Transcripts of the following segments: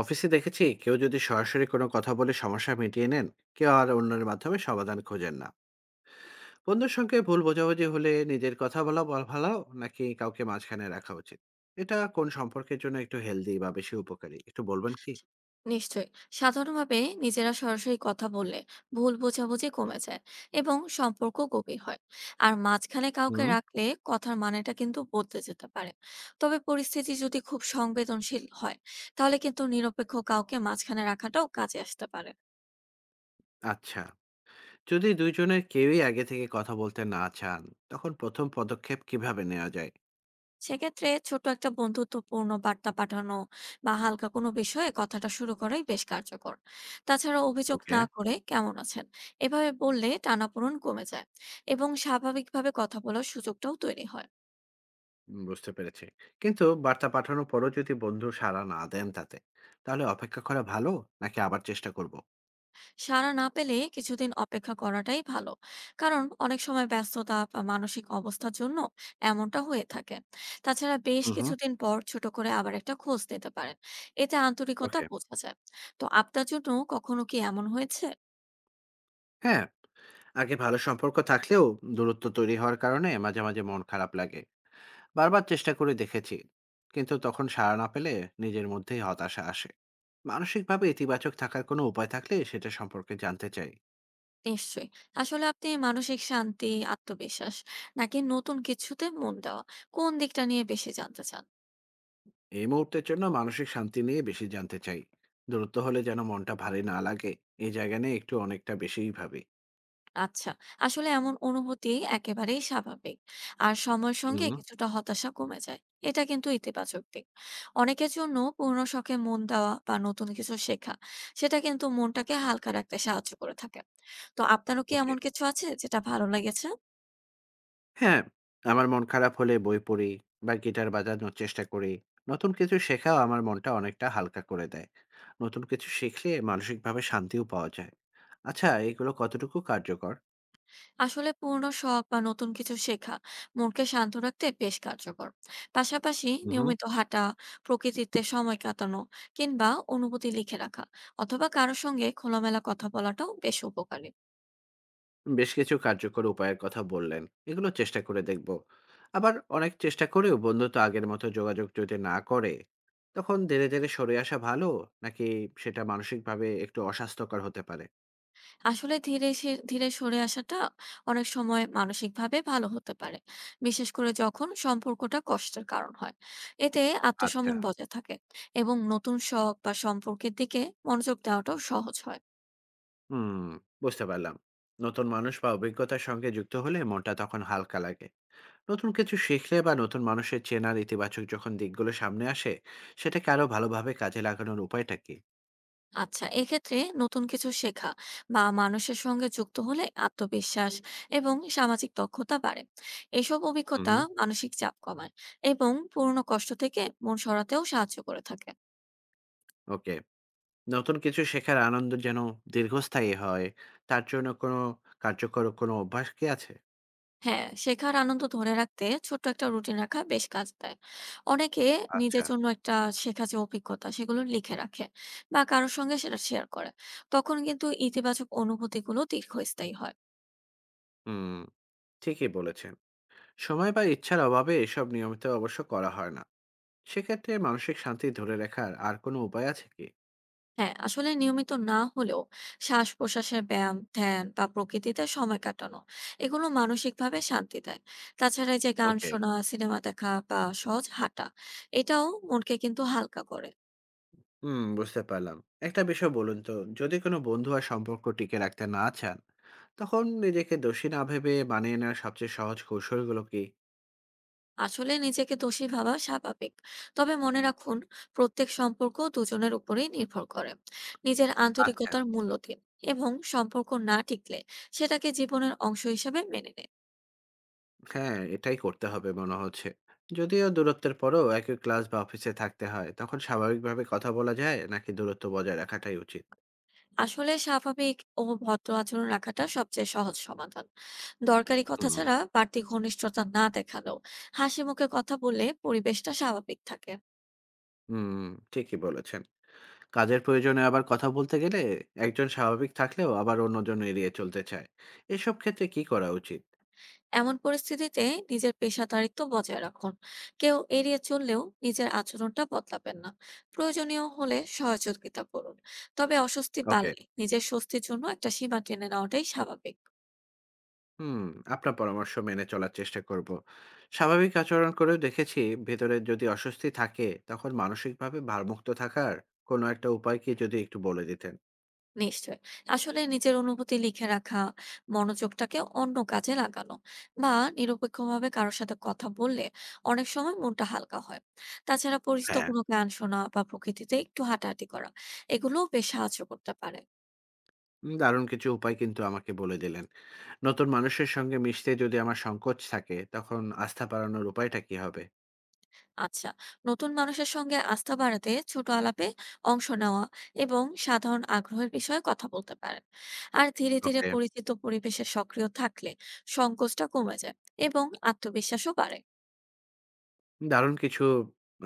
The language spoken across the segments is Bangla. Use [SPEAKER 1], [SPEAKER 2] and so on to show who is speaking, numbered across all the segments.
[SPEAKER 1] অফিসে দেখেছি কেউ যদি সরাসরি কোনো কথা বলে সমস্যা মিটিয়ে নেন। কেউ আর অন্যের মাধ্যমে সমাধান খোঁজেন না। বন্ধুর সঙ্গে ভুল বোঝাবুঝি হলে নিজের কথা বলা ভালো, নাকি কাউকে মাঝখানে রাখা উচিত? এটা কোন সম্পর্কের জন্য একটু হেলদি বা বেশি উপকারী একটু বলবেন কি?
[SPEAKER 2] নিশ্চয়ই। সাধারণভাবে নিজেরা সরাসরি কথা বললে ভুল বোঝাবুঝি কমে যায় এবং সম্পর্ক গভীর হয়। আর মাঝখানে কাউকে
[SPEAKER 1] হুম।
[SPEAKER 2] রাখলে কথার মানেটা কিন্তু বদলে যেতে পারে। তবে পরিস্থিতি যদি খুব সংবেদনশীল হয়, তাহলে কিন্তু নিরপেক্ষ কাউকে মাঝখানে রাখাটাও কাজে আসতে পারে।
[SPEAKER 1] আচ্ছা, যদি দুইজনের কেউই আগে থেকে কথা বলতে না চান, তখন প্রথম পদক্ষেপ কিভাবে নেওয়া যায়?
[SPEAKER 2] সেক্ষেত্রে ছোট একটা বন্ধুত্বপূর্ণ বার্তা পাঠানো বা হালকা কোনো বিষয়ে কথাটা শুরু করাই বেশ কার্যকর। তাছাড়া অভিযোগ
[SPEAKER 1] ওকে।
[SPEAKER 2] না করে কেমন আছেন এভাবে বললে টানাপোড়েন কমে যায় এবং স্বাভাবিকভাবে কথা বলার সুযোগটাও তৈরি হয়।
[SPEAKER 1] বুঝতে পেরেছি। কিন্তু বার্তা পাঠানোর পরও যদি বন্ধু সাড়া না দেন তাতে, তাহলে অপেক্ষা করা ভালো নাকি আবার চেষ্টা করব?
[SPEAKER 2] সাড়া না পেলে কিছুদিন অপেক্ষা করাটাই ভালো। কারণ অনেক সময় ব্যস্ততা বা মানসিক অবস্থার জন্য এমনটা হয়ে থাকে। তাছাড়া বেশ
[SPEAKER 1] হুম।
[SPEAKER 2] কিছুদিন পর ছোট করে আবার একটা খোঁজ নিতে পারেন। এতে আন্তরিকতা
[SPEAKER 1] ওকে।
[SPEAKER 2] বোঝা যায়। তো আপনার জন্য কখনো কি এমন হয়েছে?
[SPEAKER 1] হ্যাঁ, আগে ভালো সম্পর্ক থাকলেও দূরত্ব তৈরি হওয়ার কারণে মাঝে মাঝে মন খারাপ লাগে। বারবার চেষ্টা করে দেখেছি। কিন্তু তখন সাড়া না পেলে নিজের মধ্যেই হতাশা আসে। মানসিকভাবে ইতিবাচক থাকার কোনো উপায় থাকলে সেটা সম্পর্কে জানতে চাই।
[SPEAKER 2] নিশ্চয়ই। আসলে আপনি মানসিক শান্তি, আত্মবিশ্বাস নাকি নতুন কিছুতে মন দেওয়া, কোন দিকটা নিয়ে বেশি জানতে চান?
[SPEAKER 1] এই মুহূর্তের জন্য মানসিক শান্তি নিয়ে বেশি জানতে চাই। দূরত্ব হলে যেন মনটা ভারী না লাগে, এই জায়গা নিয়ে একটু অনেকটা বেশিই ভাবি।
[SPEAKER 2] আচ্ছা, আসলে এমন অনুভূতি একেবারেই স্বাভাবিক। আর সময়ের সঙ্গে
[SPEAKER 1] হুম।
[SPEAKER 2] কিছুটা হতাশা কমে যায়। এটা কিন্তু ইতিবাচক দিক। অনেকের জন্য পুরনো শখে মন দেওয়া বা নতুন কিছু শেখা, সেটা কিন্তু মনটাকে হালকা রাখতে সাহায্য করে থাকে। তো আপনারও কি
[SPEAKER 1] ওকে।
[SPEAKER 2] এমন কিছু আছে যেটা ভালো লেগেছে?
[SPEAKER 1] হ্যাঁ, আমার মন খারাপ হলে বই পড়ি বা গিটার বাজানোর চেষ্টা করি। নতুন কিছু শেখাও আমার মনটা অনেকটা হালকা করে দেয়। নতুন কিছু শিখলে মানসিকভাবে শান্তিও পাওয়া যায়। আচ্ছা, এগুলো কতটুকু কার্যকর?
[SPEAKER 2] আসলে পুরনো শখ বা নতুন কিছু শেখা মনকে শান্ত রাখতে বেশ কার্যকর। পাশাপাশি
[SPEAKER 1] হুম হুম।
[SPEAKER 2] নিয়মিত হাঁটা, প্রকৃতিতে সময় কাটানো কিংবা অনুভূতি লিখে রাখা অথবা কারোর সঙ্গে খোলামেলা কথা বলাটাও বেশ উপকারী।
[SPEAKER 1] বেশ কিছু কার্যকর উপায়ের কথা বললেন। এগুলো চেষ্টা করে দেখব। আবার অনেক চেষ্টা করেও বন্ধুত্ব আগের মতো যোগাযোগ যদি না করে, তখন ধীরে ধীরে সরে আসা ভালো? নাকি সেটা মানসিকভাবে একটু অস্বাস্থ্যকর হতে পারে?
[SPEAKER 2] আসলে ধীরে সরে আসাটা অনেক সময় মানসিকভাবে ভালো হতে পারে, বিশেষ করে যখন সম্পর্কটা কষ্টের কারণ হয়। এতে
[SPEAKER 1] আচ্ছা।
[SPEAKER 2] আত্মসম্মান বজায় থাকে এবং নতুন শখ বা সম্পর্কের দিকে মনোযোগ দেওয়াটাও সহজ হয়।
[SPEAKER 1] হুম, বুঝতে পারলাম। নতুন মানুষ বা অভিজ্ঞতার সঙ্গে যুক্ত হলে মনটা তখন হালকা লাগে। নতুন কিছু শিখলে বা নতুন মানুষের চেনার ইতিবাচক যখন দিকগুলো সামনে আসে, সেটাকে আরো ভালোভাবে কাজে লাগানোর উপায়টা কি?
[SPEAKER 2] আচ্ছা, এক্ষেত্রে নতুন কিছু শেখা বা মানুষের সঙ্গে যুক্ত হলে আত্মবিশ্বাস এবং সামাজিক দক্ষতা বাড়ে। এসব
[SPEAKER 1] হুম।
[SPEAKER 2] অভিজ্ঞতা মানসিক চাপ কমায় এবং পুরনো কষ্ট থেকে মন সরাতেও সাহায্য করে থাকে।
[SPEAKER 1] ওকে। নতুন কিছু শেখার আনন্দ যেন দীর্ঘস্থায়ী হয়, তার জন্য কোনো কার্যকর কোনো অভ্যাস কি আছে?
[SPEAKER 2] হ্যাঁ, শেখার আনন্দ ধরে রাখতে ছোট্ট একটা রুটিন রাখা বেশ কাজ দেয়। অনেকে নিজের
[SPEAKER 1] আচ্ছা।
[SPEAKER 2] জন্য একটা শেখা যে অভিজ্ঞতা সেগুলো লিখে রাখে বা কারোর সঙ্গে সেটা শেয়ার করে। তখন কিন্তু ইতিবাচক অনুভূতিগুলো দীর্ঘস্থায়ী হয়।
[SPEAKER 1] হুম, ঠিকই বলেছেন। সময় বা ইচ্ছার অভাবে এসব নিয়মিত অবশ্য করা হয় না। সেক্ষেত্রে মানসিক শান্তি ধরে রাখার আর কোনো উপায় আছে কি?
[SPEAKER 2] হ্যাঁ, আসলে নিয়মিত না হলেও শ্বাস প্রশ্বাসের ব্যায়াম, ধ্যান বা প্রকৃতিতে সময় কাটানো, এগুলো মানসিকভাবে শান্তি দেয়। তাছাড়া এই যে গান
[SPEAKER 1] ওকে।
[SPEAKER 2] শোনা, সিনেমা দেখা বা সহজ হাঁটা, এটাও মনকে কিন্তু হালকা করে।
[SPEAKER 1] হুম, বুঝতে পারলাম। একটা বিষয় বলুন তো, যদি কোনো বন্ধু আর সম্পর্ক টিকে রাখতে না চান, তখন নিজেকে দোষী না ভেবে মানিয়ে নেওয়ার সবচেয়ে সহজ কৌশলগুলো কি?
[SPEAKER 2] আসলে নিজেকে দোষী ভাবা স্বাভাবিক, তবে মনে রাখুন, প্রত্যেক সম্পর্ক দুজনের উপরেই নির্ভর করে। নিজের
[SPEAKER 1] আচ্ছা।
[SPEAKER 2] আন্তরিকতার মূল্য দিন এবং সম্পর্ক না টিকলে সেটাকে জীবনের অংশ হিসেবে মেনে নিন।
[SPEAKER 1] হ্যাঁ, এটাই করতে হবে মনে হচ্ছে। যদিও দূরত্বের পরেও একই ক্লাস বা অফিসে থাকতে হয়, তখন স্বাভাবিকভাবে কথা বলা যায় নাকি দূরত্ব বজায় রাখাটাই উচিত?
[SPEAKER 2] আসলে স্বাভাবিক ও ভদ্র আচরণ রাখাটা সবচেয়ে সহজ সমাধান। দরকারি কথা
[SPEAKER 1] হুম।
[SPEAKER 2] ছাড়া বাড়তি ঘনিষ্ঠতা না দেখালেও হাসি মুখে কথা বললে পরিবেশটা স্বাভাবিক থাকে।
[SPEAKER 1] হুম, ঠিকই বলেছেন। কাজের প্রয়োজনে আবার কথা বলতে গেলে একজন স্বাভাবিক থাকলেও আবার অন্যজন এড়িয়ে চলতে চায়। এসব ক্ষেত্রে কি করা উচিত?
[SPEAKER 2] এমন পরিস্থিতিতে নিজের পেশাদারিত্ব বজায় রাখুন। কেউ এড়িয়ে চললেও নিজের আচরণটা বদলাবেন না। প্রয়োজনীয় হলে সহযোগিতা করুন, তবে অস্বস্তি
[SPEAKER 1] ওকে।
[SPEAKER 2] বাড়লে নিজের স্বস্তির জন্য একটা সীমা টেনে নেওয়াটাই স্বাভাবিক।
[SPEAKER 1] হুম, আপনার পরামর্শ মেনে চলার চেষ্টা করব। স্বাভাবিক আচরণ করেও দেখেছি ভেতরে যদি অস্বস্তি থাকে তখন মানসিকভাবে ভারমুক্ত থাকার কোনো একটা উপায় কি যদি একটু বলে দিতেন।
[SPEAKER 2] নিশ্চয়ই। আসলে নিজের অনুভূতি লিখে রাখা, মনোযোগটাকে অন্য কাজে লাগানো বা নিরপেক্ষভাবে কারো সাথে কথা বললে অনেক সময় মনটা হালকা হয়। তাছাড়া পরিচিত
[SPEAKER 1] হ্যাঁ।
[SPEAKER 2] কোনো গান শোনা বা প্রকৃতিতে একটু হাঁটাহাঁটি করা, এগুলোও বেশ সাহায্য করতে পারে।
[SPEAKER 1] দারুণ কিছু উপায় কিন্তু আমাকে বলে দিলেন। নতুন মানুষের সঙ্গে মিশতে যদি আমার সংকোচ থাকে তখন আস্থা বাড়ানোর উপায়টা কি হবে?
[SPEAKER 2] আচ্ছা, নতুন মানুষের সঙ্গে আস্থা বাড়াতে ছোট আলাপে অংশ নেওয়া এবং সাধারণ আগ্রহের বিষয়ে কথা বলতে পারেন। আর ধীরে, ধীরে
[SPEAKER 1] ওকে।
[SPEAKER 2] পরিচিত পরিবেশে সক্রিয় থাকলে সংকোচটা কমে যায় এবং আত্মবিশ্বাসও বাড়ে।
[SPEAKER 1] দারুণ কিছু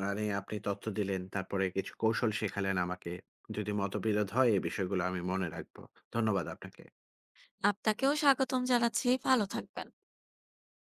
[SPEAKER 1] মানে আপনি তথ্য দিলেন। তারপরে কিছু কৌশল শেখালেন আমাকে। যদি মতবিরোধ হয় এই বিষয়গুলো আমি মনে রাখবো। ধন্যবাদ আপনাকে।
[SPEAKER 2] আপনাকেও স্বাগতম জানাচ্ছি। ভালো থাকবেন।